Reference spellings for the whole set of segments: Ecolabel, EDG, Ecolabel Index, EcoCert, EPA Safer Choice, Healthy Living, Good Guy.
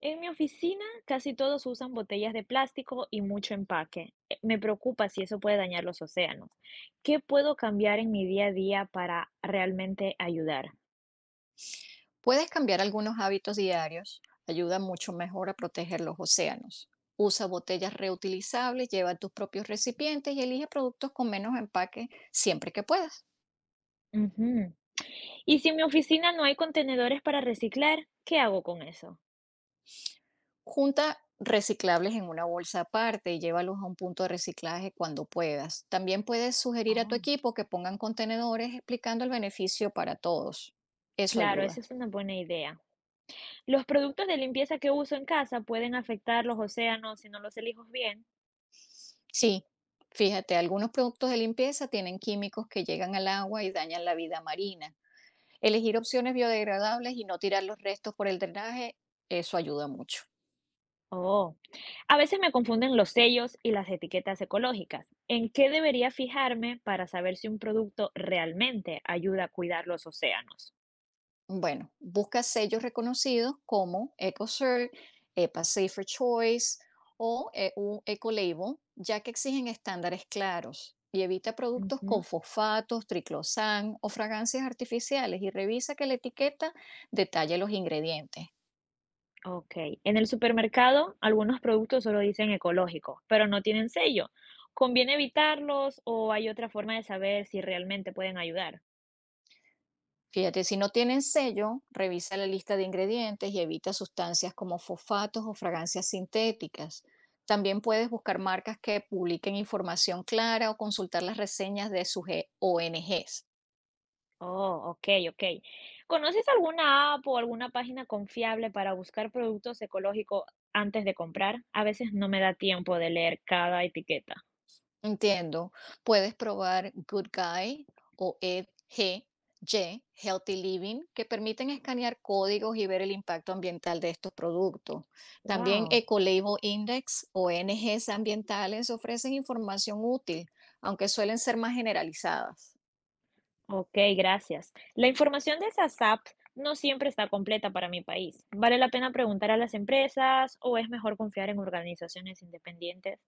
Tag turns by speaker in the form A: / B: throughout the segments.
A: En mi oficina casi todos usan botellas de plástico y mucho empaque. Me preocupa si eso puede dañar los océanos. ¿Qué puedo cambiar en mi día a día para realmente ayudar?
B: Puedes cambiar algunos hábitos diarios, ayuda mucho mejor a proteger los océanos. Usa botellas reutilizables, lleva tus propios recipientes y elige productos con menos empaque siempre que puedas.
A: Ujú. Y si en mi oficina no hay contenedores para reciclar, ¿qué hago con eso?
B: Junta reciclables en una bolsa aparte y llévalos a un punto de reciclaje cuando puedas. También puedes sugerir a tu
A: Oh,
B: equipo que pongan contenedores explicando el beneficio para todos. Eso
A: claro,
B: ayuda.
A: esa es una buena idea. ¿Los productos de limpieza que uso en casa pueden afectar los océanos si no los elijo bien?
B: Sí, fíjate, algunos productos de limpieza tienen químicos que llegan al agua y dañan la vida marina. Elegir opciones biodegradables y no tirar los restos por el drenaje, eso ayuda mucho.
A: Oh, a veces me confunden los sellos y las etiquetas ecológicas. ¿En qué debería fijarme para saber si un producto realmente ayuda a cuidar los océanos?
B: Bueno, busca sellos reconocidos como EcoCert, EPA Safer Choice o un Ecolabel, ya que exigen estándares claros. Y evita productos
A: Ujú.
B: con fosfatos, triclosan o fragancias artificiales y revisa que la etiqueta detalle los ingredientes.
A: Ok. En el supermercado, algunos productos solo dicen ecológicos, pero no tienen sello. ¿Conviene evitarlos o hay otra forma de saber si realmente pueden ayudar?
B: Fíjate, si no tienen sello, revisa la lista de ingredientes y evita sustancias como fosfatos o fragancias sintéticas. También puedes buscar marcas que publiquen información clara o consultar las reseñas de sus ONGs.
A: Oh, okey, okey. ¿Conoces alguna app o alguna página confiable para buscar productos ecológicos antes de comprar? A veces no me da tiempo de leer cada etiqueta.
B: Entiendo. Puedes probar Good Guy o EDG, Ye, Healthy Living, que permiten escanear códigos y ver el impacto ambiental de estos productos. También
A: Wow,
B: Ecolabel Index o ONGs ambientales ofrecen información útil, aunque suelen ser más generalizadas.
A: okey, gracias. La información de esas apps no siempre está completa para mi país. ¿Vale la pena preguntar a las empresas o es mejor confiar en organizaciones independientes?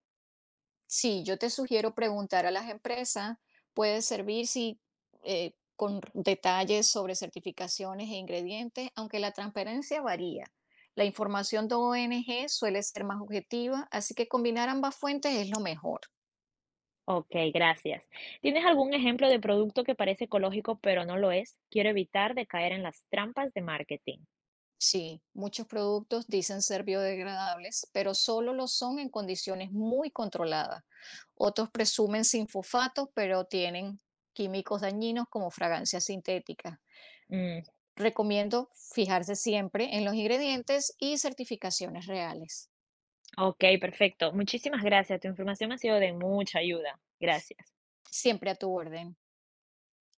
B: Sí, yo te sugiero preguntar a las empresas, puede servir si detalles sobre certificaciones e ingredientes, aunque la transparencia varía. La información de ONG suele ser más objetiva, así que combinar ambas fuentes es lo mejor.
A: Okey, gracias. ¿Tienes algún ejemplo de producto que parece ecológico pero no lo es? Quiero evitar de caer en las trampas de marketing.
B: Sí, muchos productos dicen ser biodegradables, pero solo lo son en condiciones muy controladas. Otros presumen sin fosfatos, pero tienen químicos dañinos como fragancias sintéticas.
A: Mm.
B: Recomiendo fijarse siempre en los ingredientes y certificaciones reales,
A: Ok, perfecto. Muchísimas gracias. Tu información me ha sido de mucha ayuda. Gracias.
B: siempre a tu orden.